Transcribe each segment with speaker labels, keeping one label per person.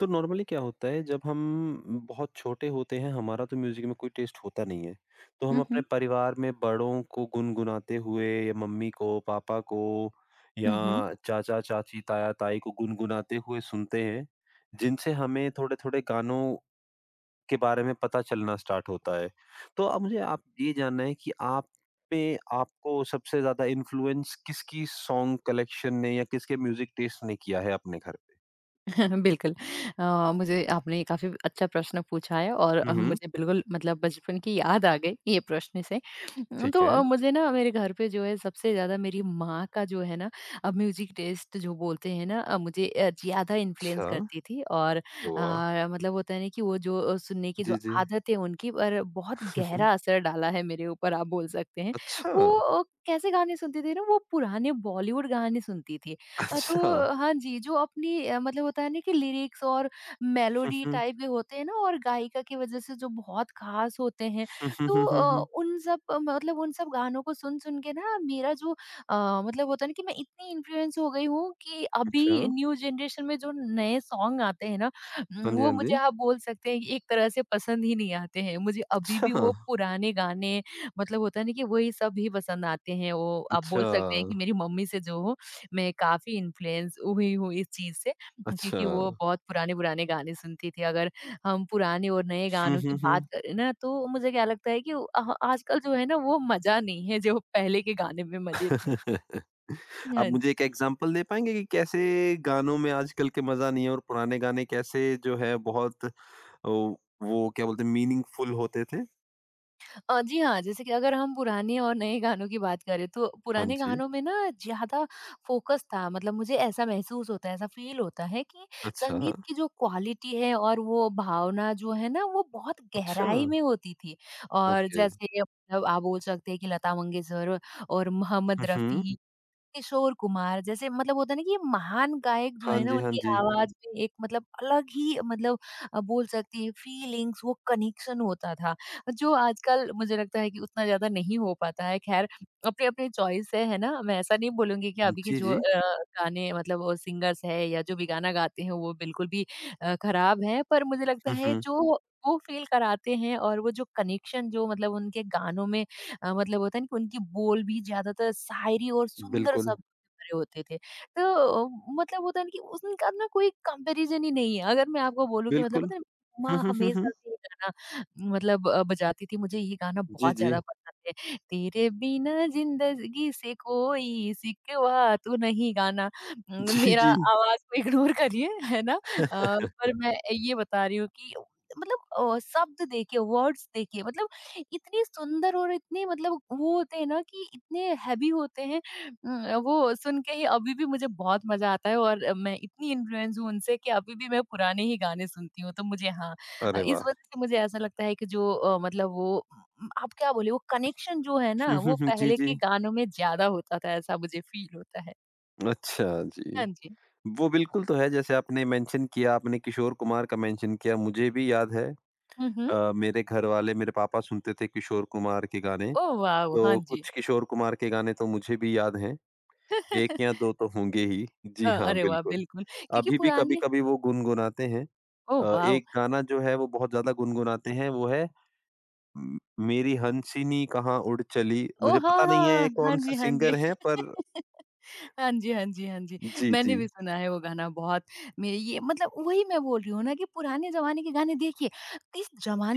Speaker 1: तो नॉर्मली क्या होता है जब हम बहुत छोटे होते हैं। हमारा तो म्यूजिक में कोई टेस्ट होता नहीं है, तो हम
Speaker 2: हुँ,
Speaker 1: अपने
Speaker 2: हुँ।
Speaker 1: परिवार में बड़ों को गुनगुनाते हुए या मम्मी को पापा को या
Speaker 2: हुँ, हुँ।
Speaker 1: चाचा चाची ताया ताई को गुनगुनाते हुए सुनते हैं, जिनसे हमें थोड़े थोड़े गानों के बारे में पता चलना स्टार्ट होता है। तो अब मुझे आप ये जानना है कि आप पे आपको सबसे ज्यादा इन्फ्लुएंस किसकी सॉन्ग कलेक्शन ने या किसके म्यूजिक टेस्ट ने किया है अपने घर पे।
Speaker 2: बिल्कुल। मुझे आपने काफ़ी अच्छा प्रश्न पूछा है और
Speaker 1: हम्म।
Speaker 2: मुझे बिल्कुल मतलब बचपन की याद आ गई ये प्रश्न से।
Speaker 1: ठीक
Speaker 2: तो
Speaker 1: है।
Speaker 2: मुझे ना मेरे घर पे जो है सबसे ज़्यादा मेरी माँ का जो है ना म्यूज़िक टेस्ट जो बोलते हैं ना मुझे ज़्यादा इन्फ्लुएंस
Speaker 1: अच्छा।
Speaker 2: करती थी और
Speaker 1: वाह!
Speaker 2: मतलब होता है ना कि वो जो सुनने की जो
Speaker 1: जी, जी।
Speaker 2: आदत है उनकी पर बहुत
Speaker 1: हुँ, हुँ।
Speaker 2: गहरा असर डाला है मेरे ऊपर आप बोल सकते हैं।
Speaker 1: अच्छा!
Speaker 2: वो कैसे गाने सुनती थी ना वो पुराने बॉलीवुड गाने सुनती थी।
Speaker 1: अच्छा।
Speaker 2: तो हाँ जी, जो अपनी मतलब होता है ना कि लिरिक्स और
Speaker 1: हुँ,
Speaker 2: मेलोडी
Speaker 1: हुँ।
Speaker 2: टाइप के होते हैं ना और गायिका की वजह से जो बहुत ख़ास होते हैं,
Speaker 1: हुँ, हुँ,
Speaker 2: तो
Speaker 1: हुँ, हुँ, हुँ।
Speaker 2: उन सब मतलब उन सब गानों को सुन-सुन के ना मेरा जो मतलब होता है ना कि मैं इतनी इन्फ्लुएंस हो गई हूँ कि
Speaker 1: अच्छा।
Speaker 2: अभी न्यू जनरेशन में जो नए सॉन्ग आते हैं ना
Speaker 1: हाँ जी,
Speaker 2: वो
Speaker 1: हाँ
Speaker 2: मुझे
Speaker 1: जी।
Speaker 2: आप बोल सकते हैं कि एक तरह से पसंद ही नहीं आते हैं। मुझे अभी भी
Speaker 1: अच्छा!
Speaker 2: वो पुराने गाने मतलब होता है ना कि वही सब ही पसंद आते हैं। वो आप बोल
Speaker 1: अच्छा,
Speaker 2: सकते हैं कि मेरी मम्मी से जो मैं काफ़ी इन्फ्लुएंस हुई हूँ इस चीज़ से
Speaker 1: अच्छा।
Speaker 2: क्योंकि वो बहुत पुराने-पुराने गाने सुनती थी। अगर हम पुराने और नए
Speaker 1: हुँ,
Speaker 2: गानों की
Speaker 1: हुँ, हुँ।
Speaker 2: बात करें ना तो मुझे क्या लगता है कि आजकल जो है ना वो मज़ा नहीं है जो पहले के गाने में मज़े थे।
Speaker 1: आप
Speaker 2: हाँ
Speaker 1: मुझे
Speaker 2: जी।
Speaker 1: एक एग्ज़ाम्पल दे पाएँगे कि कैसे गानों में आजकल के मज़ा नहीं है और पुराने गाने कैसे जो है बहुत ओ, वो क्या बोलते हैं, मीनिंगफुल होते थे?
Speaker 2: जी हाँ, जैसे कि अगर हम पुराने और नए गानों की बात करें तो
Speaker 1: हाँ
Speaker 2: पुराने
Speaker 1: जी।
Speaker 2: गानों में ना ज़्यादा फ़ोकस था मतलब मुझे ऐसा महसूस होता है, ऐसा फ़ील होता है कि
Speaker 1: अच्छा,
Speaker 2: संगीत की जो क्वालिटी है और वो भावना जो है ना वो बहुत
Speaker 1: अच्छा।
Speaker 2: गहराई में होती थी और
Speaker 1: ओके।
Speaker 2: जैसे मतलब आप बोल सकते हैं कि लता मंगेशकर और
Speaker 1: हुँ,
Speaker 2: मोहम्मद
Speaker 1: हुँ।
Speaker 2: रफ़ी किशोर कुमार जैसे मतलब होता है ना कि ये महान गायक जो
Speaker 1: हाँ
Speaker 2: है ना
Speaker 1: जी, हाँ
Speaker 2: उनकी
Speaker 1: जी।
Speaker 2: आवाज में एक मतलब अलग ही मतलब बोल सकती है फीलिंग्स वो कनेक्शन होता था जो आजकल मुझे लगता है कि उतना ज्यादा नहीं हो पाता है। खैर, अपने अपने चॉइस है ना? मैं ऐसा नहीं बोलूंगी कि अभी के
Speaker 1: जी,
Speaker 2: जो
Speaker 1: जी।
Speaker 2: गाने मतलब वो सिंगर्स है या जो भी गाना गाते हैं वो बिल्कुल भी खराब है, पर मुझे लगता
Speaker 1: हुँ,
Speaker 2: है
Speaker 1: हुँ।
Speaker 2: जो वो फील कराते हैं और वो जो कनेक्शन जो मतलब उनके गानों में मतलब होता है ना कि उनके बोल भी ज़्यादातर शायरी और सुंदर
Speaker 1: बिल्कुल,
Speaker 2: शब्दों से भरे होते थे। तो अ, मतलब होता है ना कि उनका ना कोई कंपैरिज़न ही नहीं है। अगर मैं आपको बोलूँ कि मतलब
Speaker 1: बिल्कुल।
Speaker 2: पता है ना,
Speaker 1: हुँ,
Speaker 2: माँ
Speaker 1: हुँ, हुँ,
Speaker 2: हमेशा
Speaker 1: हुँ।
Speaker 2: से ये गाना मतलब बजाती थी। मुझे ये गाना
Speaker 1: जी,
Speaker 2: बहुत
Speaker 1: जी।
Speaker 2: ज़्यादा पसंद है। तेरे बिना ज़िंदगी से कोई सिकवा तू नहीं गाना।
Speaker 1: जी,
Speaker 2: मेरा
Speaker 1: जी।
Speaker 2: आवाज़ को इग्नोर करिए, है ना? पर मैं ये बता रही हूँ कि मतलब शब्द देखिए, वर्ड्स देखिए मतलब इतनी सुंदर और इतने मतलब वो होते हैं ना कि इतने हैवी होते हैं। वो सुन के ही अभी भी मुझे बहुत मज़ा आता है और मैं इतनी इन्फ्लुएंस हूँ उनसे कि अभी भी मैं पुराने ही गाने सुनती हूँ। तो मुझे, हाँ,
Speaker 1: अरे
Speaker 2: इस
Speaker 1: वाह!
Speaker 2: वजह से मुझे ऐसा लगता है कि जो मतलब वो आप क्या बोले वो कनेक्शन जो है ना
Speaker 1: हुँ, हुँ,
Speaker 2: वो
Speaker 1: हुँ। जी,
Speaker 2: पहले
Speaker 1: जी।
Speaker 2: के गानों में ज़्यादा होता था, ऐसा मुझे फ़ील होता है।
Speaker 1: अच्छा, जी।
Speaker 2: हाँ जी।
Speaker 1: वो बिल्कुल तो है। जैसे आपने मेंशन किया, आपने किशोर कुमार का मेंशन किया, मुझे भी याद है।
Speaker 2: हुँ, हुँ।
Speaker 1: मेरे घरवाले मेरे पापा सुनते थे किशोर कुमार के गाने,
Speaker 2: ओह वाओ! हाँ
Speaker 1: तो
Speaker 2: जी।
Speaker 1: कुछ किशोर कुमार के गाने तो मुझे भी याद हैं, 1 या 2 तो होंगे ही। जी हाँ,
Speaker 2: अरे वाह!
Speaker 1: बिल्कुल।
Speaker 2: बिल्कुल, क्योंकि
Speaker 1: अभी भी
Speaker 2: पुराने
Speaker 1: कभी-कभी वो गुनगुनाते हैं।
Speaker 2: Oh wow!
Speaker 1: एक गाना जो है वो बहुत ज़्यादा गुनगुनाते हैं, वो है म मेरी हंसिनी कहाँ उड़ चली। मुझे
Speaker 2: ओह! हाँ,
Speaker 1: पता नहीं है ये
Speaker 2: हाँ। हाँ
Speaker 1: कौन-सा
Speaker 2: जी, हाँ जी।
Speaker 1: सिंगर है पर।
Speaker 2: हाँ जी, हाँ जी, हाँ जी।
Speaker 1: जी, जी।
Speaker 2: मैंने भी सुना है वो गाना बहुत। मैं ये मतलब वही मैं बोल रही हूँ ना कि पुराने ज़माने के गाने देखिए, किस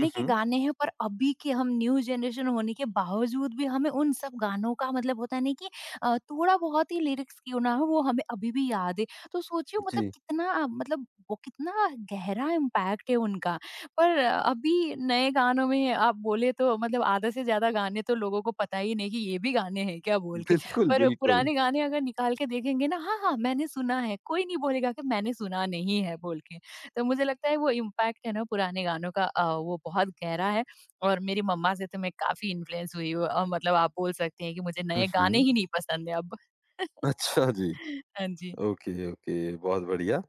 Speaker 1: हुँ,
Speaker 2: के
Speaker 1: हुँ।
Speaker 2: गाने हैं पर अभी के हम न्यू जनरेशन होने के बावजूद भी हमें उन सब गानों का मतलब होता है ना कि थोड़ा-बहुत ही लिरिक्स क्यों ना हो वो हमें अभी भी याद है। तो सोचिए मतलब
Speaker 1: जी,
Speaker 2: कितना मतलब वो कितना गहरा इम्पैक्ट है उनका। पर अभी नए गानों में आप बोले तो मतलब आधा से ज़्यादा गाने तो लोगों को पता ही नहीं कि ये भी गाने हैं क्या बोल के।
Speaker 1: बिल्कुल,
Speaker 2: पर
Speaker 1: बिल्कुल।
Speaker 2: पुराने गाने अगर निकाल के देखेंगे ना, हाँ, हाँ, मैंने सुना है, कोई नहीं बोलेगा कि मैंने सुना नहीं है बोल के। तो मुझे लगता है वो इम्पैक्ट है ना पुराने गानों का, वो बहुत गहरा है। और मेरी मम्मा से तो मैं काफ़ी इन्फ्लुएंस हुई हूँ, मतलब आप बोल सकते हैं कि मुझे
Speaker 1: हुँ,
Speaker 2: नए गाने
Speaker 1: हुँ।
Speaker 2: ही नहीं पसंद है अब।
Speaker 1: अच्छा जी।
Speaker 2: हाँ जी।
Speaker 1: ओके, ओके, बहुत बढ़िया।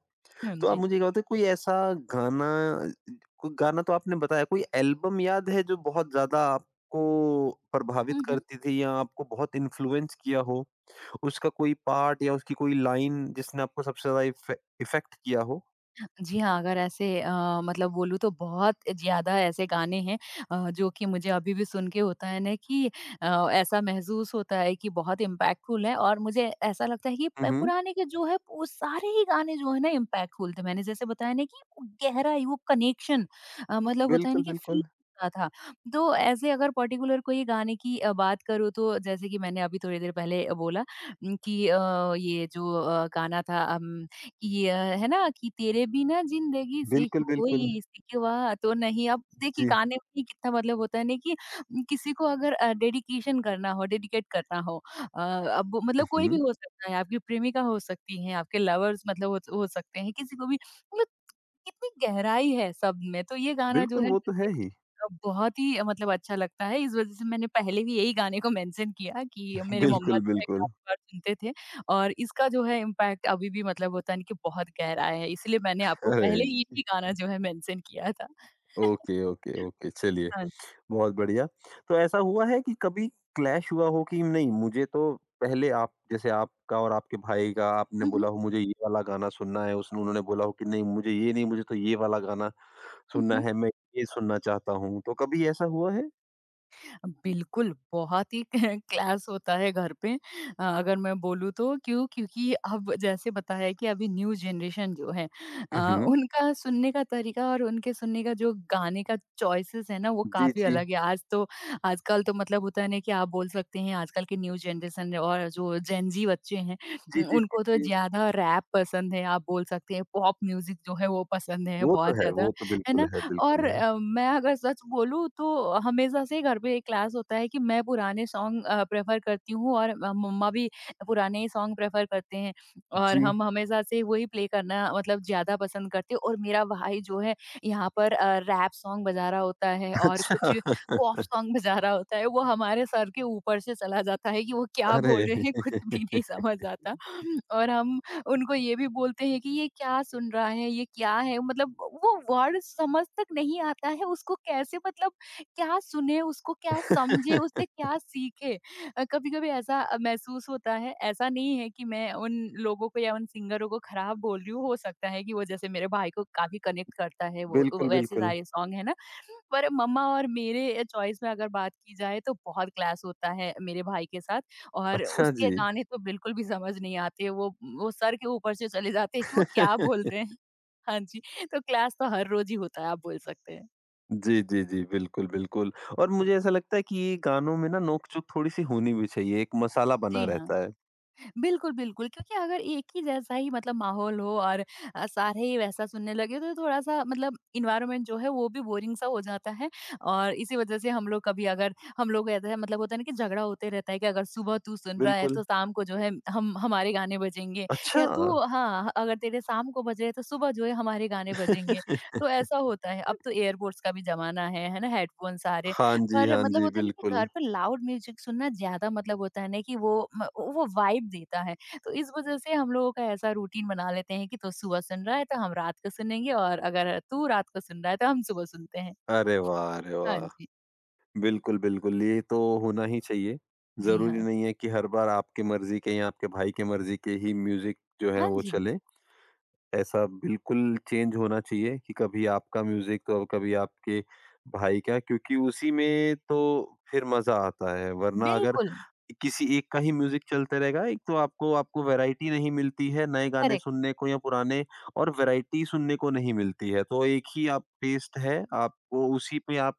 Speaker 2: हाँ
Speaker 1: तो आप
Speaker 2: जी।
Speaker 1: मुझे ये बताओ, कोई ऐसा गाना, कोई गाना तो आपने बताया, कोई एल्बम याद है जो बहुत ज़्यादा आपको प्रभावित
Speaker 2: हुँ, हुँ।
Speaker 1: करती थी या आपको बहुत इन्फ्लुएंस किया हो? उसका कोई पार्ट या उसकी कोई लाइन जिसने आपको सबसे ज़्यादा इफेक्ट किया हो?
Speaker 2: जी हाँ, अगर ऐसे मतलब बोलूँ तो बहुत ज़्यादा ऐसे गाने हैं जो कि मुझे अभी भी सुन के होता है ना कि ऐसा महसूस होता है कि बहुत इम्पैक्टफुल है, और मुझे ऐसा लगता है कि
Speaker 1: हुँ,
Speaker 2: प
Speaker 1: हुँ।
Speaker 2: पुराने के जो है वो सारे ही गाने जो है ना इम्पैक्टफुल थे। मैंने जैसे बताया ना कि वो गहराई, वो कनेक्शन, मतलब होता है ना
Speaker 1: बिल्कुल,
Speaker 2: कि फील
Speaker 1: बिल्कुल।
Speaker 2: होता था। तो ऐसे अगर पर्टिकुलर कोई गाने की बात करूँ तो जैसे कि मैंने अभी थोड़ी देर पहले बोला, कि ये जो गाना था अम ये, है ना, कि तेरे बिना जिंदगी से
Speaker 1: बिल्कुल, बिल्कुल।
Speaker 2: कोई सिकवा तो नहीं। अब देखिए
Speaker 1: जी।
Speaker 2: गाने में ही कितना मतलब होता है ना कि न, किसी को अगर डेडिकेशन करना हो, डेडिकेट करना हो, अ, अब वो
Speaker 1: हुँ,
Speaker 2: मतलब कोई
Speaker 1: हुँ।
Speaker 2: भी हो सकता है, आपकी प्रेमिका हो सकती हैं, आपके लवर्स मतलब हो सकते हैं, किसी को भी मतलब कितनी गहराई है शब्द में। तो ये गाना जो
Speaker 1: बिल्कुल,
Speaker 2: है
Speaker 1: वो तो
Speaker 2: मुझे
Speaker 1: है ही।
Speaker 2: बहुत ही मतलब अच्छा लगता है, इस वज़ह से मैंने पहले भी यही गाने को मेंशन किया कि मेरे मम्मा
Speaker 1: बिल्कुल,
Speaker 2: जो है
Speaker 1: बिल्कुल।
Speaker 2: काफ़ी बार सुनते थे और इसका जो है इम्पैक्ट अभी भी मतलब होता है ना कि बहुत गहरा है, इसलिए मैंने आपको
Speaker 1: अरे!
Speaker 2: पहले यही गाना जो है मेंशन किया था।
Speaker 1: ओके, ओके, ओके, चलिए।
Speaker 2: हाँ।
Speaker 1: बहुत बढ़िया। तो ऐसा हुआ है कि कभी क्लैश हुआ हो कि नहीं मुझे तो पहले, आप जैसे आपका और आपके भाई का आपने
Speaker 2: हुँ, हुँ।
Speaker 1: बोला हो मुझे ये वाला गाना सुनना है, उसने उन्होंने बोला हो कि नहीं मुझे ये नहीं, मुझे तो ये वाला गाना
Speaker 2: हुँ,
Speaker 1: सुनना
Speaker 2: हुँ।
Speaker 1: है, मैं ये सुनना चाहता हूँ। तो कभी ऐसा हुआ है?
Speaker 2: बिल्कुल, बहुत ही क्लास होता है घर पे। अगर मैं बोलूँ तो क्यों? क्योंकि अब जैसे बताया कि अभी न्यू जनरेशन जो है,
Speaker 1: हुँ, हुँ।
Speaker 2: उनका सुनने का तरीका और उनके सुनने का जो गाने का चॉइसेस है ना वो
Speaker 1: जी,
Speaker 2: काफ़ी
Speaker 1: जी।
Speaker 2: अलग है। आज तो आजकल तो मतलब होता है ना कि आप बोल सकते हैं आजकल के न्यू जनरेशन और जो जेन ज़ी बच्चे हैं,
Speaker 1: जी, जी, जी,
Speaker 2: उनको तो
Speaker 1: जी।
Speaker 2: ज़्यादा रैप पसंद है, आप बोल सकते हैं पॉप म्यूज़िक जो है वो पसंद है
Speaker 1: वो तो
Speaker 2: बहुत
Speaker 1: है,
Speaker 2: ज़्यादा,
Speaker 1: वो तो
Speaker 2: है
Speaker 1: बिल्कुल
Speaker 2: ना?
Speaker 1: है, बिल्कुल
Speaker 2: और
Speaker 1: है।
Speaker 2: मैं अगर सच बोलूँ तो हमेशा से घर पे एक क्लास होता है कि मैं पुराने सॉन्ग प्रेफ़र करती हूँ और मम्मा भी पुराने ही सॉन्ग प्रेफ़र करते हैं और
Speaker 1: जी।
Speaker 2: हम हमेशा से वही प्ले करना मतलब ज़्यादा पसंद करते हैं, और मेरा भाई जो है यहाँ पर रैप सॉन्ग बजा रहा होता है और
Speaker 1: अच्छा।
Speaker 2: कुछ पॉप सॉन्ग बजा रहा होता है, वो हमारे सर के ऊपर से चला जाता है कि वो क्या बोल
Speaker 1: अरे!
Speaker 2: रहे हैं। कुछ भी नहीं समझ आता और हम उनको ये भी बोलते हैं कि ये क्या सुन रहा है, ये क्या है? मतलब वो वर्ड समझ तक नहीं आता है, उसको कैसे मतलब क्या सुने, उसको क्या समझे, उससे क्या सीखे? कभी-कभी ऐसा महसूस होता है, ऐसा नहीं है कि मैं उन लोगों को या उन सिंगरों को खराब बोल रही हूँ, हो सकता है कि वो जैसे मेरे भाई को काफ़ी कनेक्ट करता है वो
Speaker 1: बिल्कुल,
Speaker 2: वो वैसे
Speaker 1: बिल्कुल।
Speaker 2: सारे सॉन्ग, है ना? पर मम्मा और मेरे चॉइस में अगर बात की जाए तो बहुत क्लैश होता है मेरे भाई के साथ। और
Speaker 1: अच्छा जी।
Speaker 2: उसके गाने तो बिल्कुल भी समझ नहीं आते, वो सर के ऊपर से चले जाते हैं कि वो क्या बोल रहे हैं। हाँ जी, तो क्लास तो हर रोज़ ही होता है, आप बोल सकते हैं।
Speaker 1: जी, जी, जी। बिल्कुल, बिल्कुल। और मुझे ऐसा लगता है कि ये गानों में ना नोक-झोंक थोड़ी-सी होनी भी चाहिए, एक मसाला बना
Speaker 2: जी हाँ।
Speaker 1: रहता है।
Speaker 2: बिल्कुल, बिल्कुल, क्योंकि अगर एक ही जैसा ही मतलब माहौल हो और सारे ही वैसा सुनने लगे तो थोड़ा-सा मतलब एनवायरनमेंट जो है वो भी बोरिंग सा हो जाता है, और इसी वजह से हम लोग कभी अगर हम लोग ऐसा है मतलब होता है ना कि झगड़ा होते रहता है कि अगर सुबह तू सुन रहा है
Speaker 1: बिल्कुल।
Speaker 2: तो शाम को जो है हम हमारे गाने बजेंगे,
Speaker 1: अच्छा!
Speaker 2: या तू, हाँ, अगर तेरे शाम को बज रहे हैं तो सुबह जो है हमारे गाने बजेंगे, तो ऐसा होता है। अब तो एयरपोड्स का भी ज़माना है ना? हेडफोन सारे।
Speaker 1: हाँ जी,
Speaker 2: पर
Speaker 1: हाँ
Speaker 2: मतलब
Speaker 1: जी,
Speaker 2: होता है ना कि
Speaker 1: बिल्कुल।
Speaker 2: घर पर लाउड म्यूजिक सुनना ज़्यादा मतलब होता है ना कि वो म वो वाइब देता है। तो इस वज़ह से हम लोगों का ऐसा रूटीन बना लेते हैं कि तू सुबह सुन रहा है तो हम रात को सुनेंगे और अगर तू रात को सुन रहा है तो हम सुबह सुनते हैं।
Speaker 1: अरे वाह! अरे
Speaker 2: हाँ
Speaker 1: वाह!
Speaker 2: जी।
Speaker 1: बिल्कुल, बिल्कुल, ये तो होना ही चाहिए।
Speaker 2: जी
Speaker 1: ज़रूरी
Speaker 2: हाँ।
Speaker 1: नहीं है कि हर बार आपकी मर्ज़ी के या आपके भाई की मर्ज़ी के ही म्यूज़िक जो है
Speaker 2: हाँ
Speaker 1: वो
Speaker 2: जी।
Speaker 1: चले। ऐसा बिल्कुल चेंज होना चाहिए कि कभी आपका म्यूजिक तो कभी आपके भाई का, क्योंकि उसी में तो फिर मजा आता है। वरना अगर
Speaker 2: बिल्कुल,
Speaker 1: किसी एक का ही म्यूजिक चलते रहेगा, एक तो आपको आपको वैरायटी नहीं मिलती है नए गाने
Speaker 2: करेक्ट।
Speaker 1: सुनने को या पुराने, और वैरायटी सुनने को नहीं मिलती है तो एक ही आप टेस्ट है आपको, उसी पे आप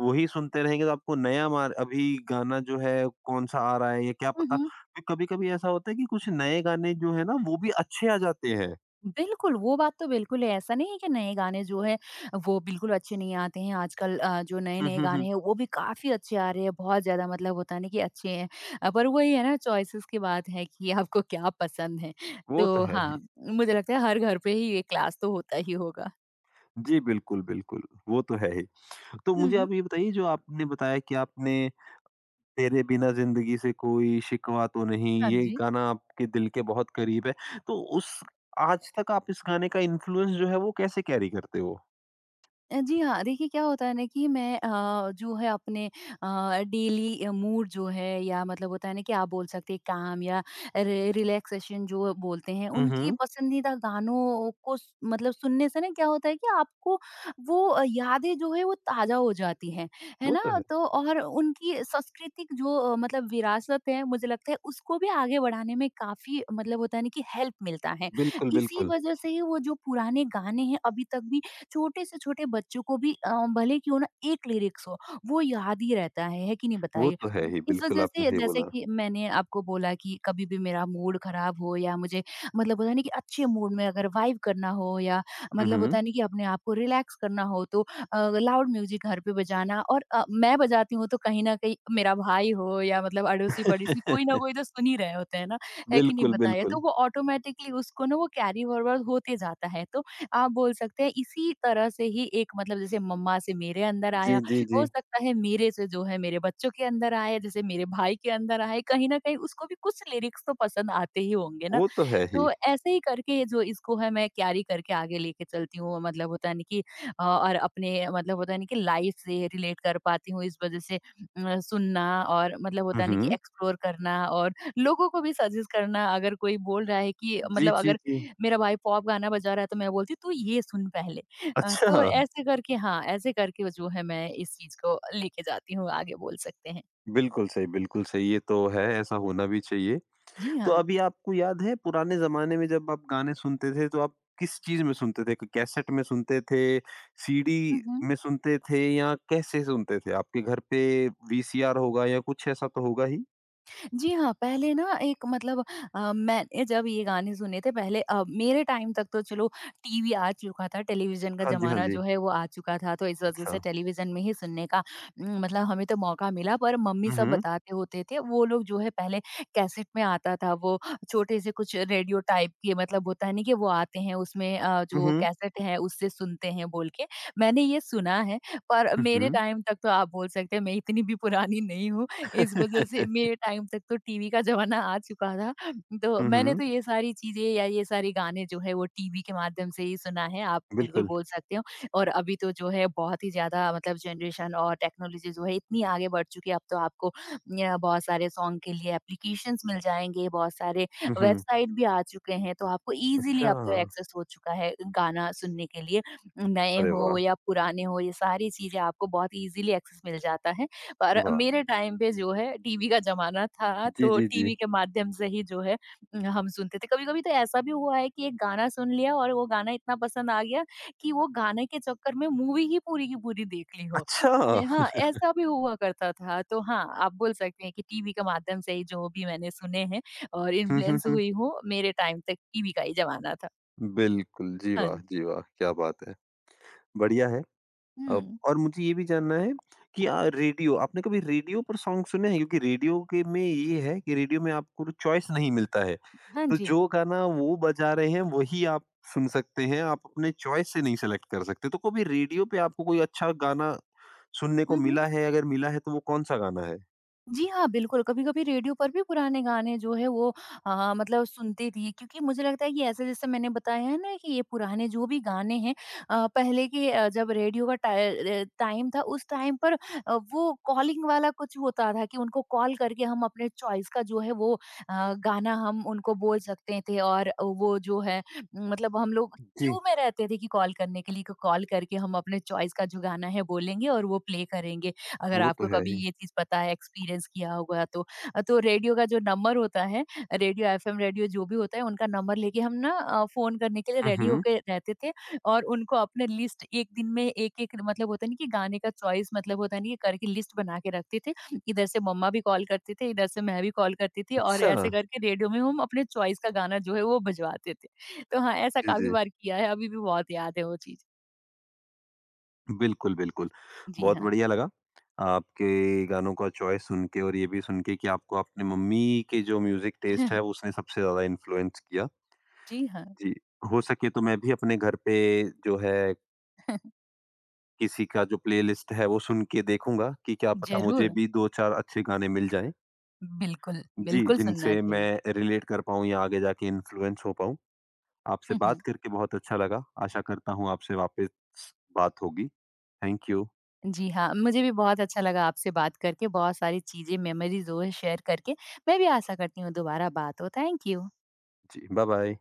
Speaker 1: वही सुनते रहेंगे तो आपको नया मार अभी गाना जो है कौन सा आ रहा है या क्या
Speaker 2: हुँ,
Speaker 1: पता।
Speaker 2: हुँ।
Speaker 1: कभी कभी ऐसा होता है कि कुछ नए गाने जो है ना वो भी अच्छे आ जाते हैं।
Speaker 2: बिल्कुल, वो बात तो बिल्कुल है, ऐसा नहीं है कि नए गाने जो हैं वो बिल्कुल अच्छे नहीं आते हैं। आजकल जो नए-नए गाने हैं वो भी काफ़ी अच्छे आ रहे हैं, बहुत ज़्यादा मतलब होता है ना कि अच्छे हैं। पर वही है ना, चॉइसेस की बात है कि आपको क्या पसंद है।
Speaker 1: वो तो
Speaker 2: तो
Speaker 1: है ही।
Speaker 2: हाँ, मुझे लगता है हर घर पे ही ये क्लास तो होता ही होगा।
Speaker 1: जी, बिल्कुल, बिल्कुल, वो तो है ही। तो
Speaker 2: हुँ,
Speaker 1: मुझे
Speaker 2: हुँ।
Speaker 1: आप ये बताइए, जो आपने बताया कि आपने तेरे बिना ज़िंदगी से कोई शिकवा तो नहीं,
Speaker 2: हाँ
Speaker 1: ये
Speaker 2: जी।
Speaker 1: गाना आपके दिल के बहुत करीब है। तो उस, आज तक आप इस गाने का इन्फ्लुएंस जो है वो कैसे कैरी करते हो?
Speaker 2: जी हाँ, देखिए क्या होता है ना कि मैं जो है अपने डेली मूड जो है, या मतलब होता है ना कि आप बोल सकते हैं काम या रि रिलैक्सेशन जो बोलते हैं,
Speaker 1: हुँ,
Speaker 2: उनकी
Speaker 1: हुँ।
Speaker 2: पसंदीदा गानों को स मतलब सुनने से ना क्या होता है कि आपको वो यादें जो है वो ताज़ा हो जाती हैं, है
Speaker 1: वो
Speaker 2: ना?
Speaker 1: तो है।
Speaker 2: तो और उनकी सांस्कृतिक जो मतलब विरासत है, मुझे लगता है उसको भी आगे बढ़ाने में काफ़ी मतलब होता है ना कि हेल्प मिलता है।
Speaker 1: बिल्कुल,
Speaker 2: इसी
Speaker 1: बिल्कुल।
Speaker 2: वज़ह से ही वो जो पुराने गाने हैं अभी तक भी छोटे से छोटे बच्चों को भी भले क्यों ना एक लिरिक्स हो, वो याद ही रहता है कि नहीं
Speaker 1: वो
Speaker 2: बताइए?
Speaker 1: तो है ही,
Speaker 2: इस
Speaker 1: बिल्कुल
Speaker 2: वजह
Speaker 1: आपने
Speaker 2: से
Speaker 1: सही
Speaker 2: जैसे
Speaker 1: बोला।
Speaker 2: कि मैंने आपको बोला कि कभी भी मेरा मूड खराब हो या मुझे मतलब होता है ना कि अच्छे मूड में अगर वाइब करना हो, या
Speaker 1: हुँ,
Speaker 2: मतलब
Speaker 1: हुँ।
Speaker 2: होता है ना कि अपने आप को रिलैक्स करना हो, तो लाउड म्यूजिक घर पे बजाना और मैं बजाती हूँ तो कहीं न कहीं मेरा भाई हो या मतलब अड़ोसी-पड़ोसी, कोई ना कोई तो सुन ही रहे होते हैं ना, है कि नहीं
Speaker 1: बिल्कुल,
Speaker 2: बताइए?
Speaker 1: बिल्कुल।
Speaker 2: तो वो ऑटोमेटिकली उसको ना वो कैरी फॉरवर्ड होते जाता है। तो आप बोल सकते हैं इसी तरह से ही, एक मतलब जैसे मम्मा से मेरे अंदर
Speaker 1: जी,
Speaker 2: आया,
Speaker 1: जी, जी।
Speaker 2: हो सकता है मेरे से जो है मेरे बच्चों के अंदर आए, जैसे मेरे भाई के अंदर आए, कहीं न कहीं उसको भी कुछ लिरिक्स तो पसंद आते ही होंगे ना।
Speaker 1: वो तो है ही।
Speaker 2: तो ऐसे ही करके जो इसको है मैं कैरी करके आगे लेके चलती हूँ, मतलब होता है ना कि और अपने मतलब होता है ना कि लाइफ से रिलेट कर पाती हूँ, इस वजह से सुनना और मतलब
Speaker 1: हुँ,
Speaker 2: होता है ना कि
Speaker 1: हुँ।
Speaker 2: एक्सप्लोर करना, और लोगों को भी सजेस्ट करना। अगर कोई बोल रहा है कि
Speaker 1: जी,
Speaker 2: मतलब,
Speaker 1: जी,
Speaker 2: अगर
Speaker 1: जी।
Speaker 2: मेरा भाई पॉप गाना बजा रहा है तो मैं बोलती हूँ तू ये सुन पहले। अ,
Speaker 1: अच्छा!
Speaker 2: तो ऐसे करके हाँ ऐसे करके जो है मैं इस चीज को लेके जाती हूँ आगे, बोल सकते हैं।
Speaker 1: बिल्कुल सही, ये तो है, ऐसा होना भी चाहिए।
Speaker 2: जी
Speaker 1: तो अभी आपको याद है पुराने ज़माने में जब आप गाने सुनते थे, तो आप किस चीज़ में सुनते थे? क कैसेट में सुनते थे, सीडी
Speaker 2: हाँ।
Speaker 1: में सुनते थे या कैसे सुनते थे? आपके घर पे वीसीआर होगा या कुछ ऐसा तो होगा ही?
Speaker 2: जी हाँ, पहले ना एक मतलब मैंने जब ये गाने सुने थे पहले, मेरे टाइम तक तो चलो टीवी आ चुका था, टेलीविज़न का
Speaker 1: हाँ जी, हाँ
Speaker 2: ज़माना
Speaker 1: जी।
Speaker 2: जो है वो आ चुका था, तो इस वज़ह
Speaker 1: अच्छा।
Speaker 2: से टेलीविज़न में ही सुनने का मतलब हमें तो मौका मिला। पर मम्मी
Speaker 1: हुँ,
Speaker 2: सब
Speaker 1: हुँ।
Speaker 2: बताते होते थे, वो लोग जो है पहले कैसेट में आता था, वो छोटे से कुछ रेडियो टाइप के, मतलब होता है नहीं कि वो आते हैं उसमें,
Speaker 1: हुँ,
Speaker 2: जो
Speaker 1: हुँ।
Speaker 2: कैसेट है उससे सुनते हैं, बोल के, मैंने ये सुना है। पर
Speaker 1: हुँ,
Speaker 2: मेरे
Speaker 1: हुँ।
Speaker 2: टाइम तक तो आप बोल सकते हैं मैं इतनी भी पुरानी नहीं हूँ, इस वजह से मेरे टाइम तक तो टीवी का ज़माना आ चुका था। तो
Speaker 1: हुँ,
Speaker 2: मैंने
Speaker 1: हुँ।
Speaker 2: तो ये सारी चीज़ें या ये सारे गाने जो है वो टीवी के माध्यम से ही सुना है, आप बिल्कुल
Speaker 1: बिल्कुल।
Speaker 2: बोल सकते हो। और अभी तो जो है बहुत ही ज़्यादा मतलब जनरेशन और टेक्नोलॉजी जो है इतनी आगे बढ़ चुकी है, अब तो आपको न्य बहुत सारे सॉन्ग के लिए एप्लीकेशंस मिल जाएँगे, बहुत सारे
Speaker 1: हुँ, हुँ।
Speaker 2: वेबसाइट भी आ चुके हैं, तो आपको ईज़िली
Speaker 1: अच्छा!
Speaker 2: अब तो एक्सेस हो चुका है गाना सुनने के लिए। नए
Speaker 1: अरे
Speaker 2: हो
Speaker 1: वाह!
Speaker 2: या पुराने हो, ये सारी चीज़ें आपको बहुत ईज़िली एक्सेस मिल जाता है। पर
Speaker 1: वाह!
Speaker 2: मेरे टाइम पे जो है टीवी का ज़माना था,
Speaker 1: जी,
Speaker 2: तो
Speaker 1: जी, जी।
Speaker 2: टीवी के माध्यम से ही जो है हम सुनते थे। कभी-कभी तो ऐसा भी हुआ है कि एक गाना सुन लिया और वो गाना इतना पसंद आ गया कि वो गाने के चक्कर में मूवी ही पूरी की पूरी देख ली हो।
Speaker 1: अच्छा!
Speaker 2: ने हाँ, ऐसा भी हुआ करता था। तो हाँ, आप बोल सकते हैं कि टीवी के माध्यम से ही जो भी मैंने सुने हैं और
Speaker 1: हुँ, हुँ,
Speaker 2: इन्फ्लुएंस
Speaker 1: हुँ।
Speaker 2: हुई हूँ, मेरे टाइम तक टीवी का ही ज़माना था।
Speaker 1: बिल्कुल, जी
Speaker 2: हाँ
Speaker 1: वाह! जी
Speaker 2: जी।
Speaker 1: वाह! क्या बात है। बढ़िया है। अब
Speaker 2: हुँ।
Speaker 1: और मुझे ये भी जानना है कि रेडियो, आपने कभी रेडियो पर सॉन्ग सुने हैं? क्योंकि रेडियो के में ये है कि रेडियो में आपको तो चॉइस नहीं मिलता है।
Speaker 2: हाँ
Speaker 1: तो
Speaker 2: जी।
Speaker 1: जो गाना वो बजा रहे हैं वही आप सुन सकते हैं, आप अपने चॉइस से नहीं सेलेक्ट कर सकते। तो कभी रेडियो पे आपको कोई अच्छा गाना सुनने को
Speaker 2: हुँ, हुँ।
Speaker 1: मिला है? अगर मिला है तो वो कौन-सा गाना है?
Speaker 2: जी हाँ, बिल्कुल। कभी-कभी रेडियो पर भी पुराने गाने जो है वो मतलब सुनती थी, क्योंकि मुझे लगता है कि ऐसे जैसे मैंने बताया है ना कि ये पुराने जो भी गाने हैं, पहले के, जब रेडियो का टाइम था, उस टाइम पर वो कॉलिंग वाला कुछ होता था कि उनको कॉल करके हम अपने चॉइस का जो है वो गाना हम उनको बोल सकते थे, और वो जो है मतलब हम लोग
Speaker 1: जी,
Speaker 2: क्यू में रहते थे कि कॉल करने के लिए, कि कॉल करके हम अपने चॉइस का जो गाना है बोलेंगे और वो प्ले करेंगे। अगर
Speaker 1: वो तो
Speaker 2: आपको
Speaker 1: है
Speaker 2: कभी
Speaker 1: ही।
Speaker 2: ये चीज़ पता है, एक्सपीरियंस किया होगा तो। तो रेडियो का जो नंबर होता है, रेडियो एफएम रेडियो जो भी होता है, उनका नंबर लेके हम ना फ़ोन करने के लिए
Speaker 1: हुँ,
Speaker 2: रेडी
Speaker 1: हुँ।
Speaker 2: होके रहते थे, और उनको अपने लिस्ट, 1 दिन में 1-1 मतलब होता नहीं कि गाने का चॉइस, मतलब होता नहीं, ये करके लिस्ट बना के रखते थे। इधर से मम्मा भी कॉल करते थे, इधर से मैं भी कॉल करती थी, और
Speaker 1: अच्छा।
Speaker 2: ऐसे करके रेडियो में हम अपने चॉइस का गाना जो है वो बजवाते थे। तो हाँ, ऐसा
Speaker 1: जी,
Speaker 2: काफ़ी
Speaker 1: जी।
Speaker 2: बार किया है, अभी भी बहुत याद है वो चीज़।
Speaker 1: बिल्कुल, बिल्कुल।
Speaker 2: जी
Speaker 1: बहुत
Speaker 2: हाँ।
Speaker 1: बढ़िया लगा आपके गानों का चॉइस सुन के, और ये भी सुन के कि आपको अपनी मम्मी के जो म्यूज़िक टेस्ट है, उसने सबसे ज़्यादा इन्फ्लुएंस किया।
Speaker 2: जी हाँ,
Speaker 1: जी, हो सके तो मैं भी अपने घर पे जो है किसी का जो प्लेलिस्ट है वो सुन के देखूँगा कि क्या पता मुझे
Speaker 2: ज़रूर।
Speaker 1: भी 2-4 अच्छे गाने मिल जाएँ।
Speaker 2: बिल्कुल,
Speaker 1: जी,
Speaker 2: बिल्कुल सुनना
Speaker 1: जिनसे
Speaker 2: चाहिए।
Speaker 1: मैं रिलेट कर पाऊँ या आगे जाके इन्फ्लुएंस हो पाऊँ। आपसे
Speaker 2: हुँ,
Speaker 1: बात
Speaker 2: हुँ।
Speaker 1: करके बहुत अच्छा लगा, आशा करता हूँ आपसे वापस बात होगी। Thank you.
Speaker 2: जी हाँ, मुझे भी बहुत अच्छा लगा आपसे बात करके, बहुत सारी चीज़ें, मेमोरीज़ जो है शेयर करके। मैं भी आशा करती हूँ दोबारा बात हो। Thank you.
Speaker 1: जी, बाय-बाय।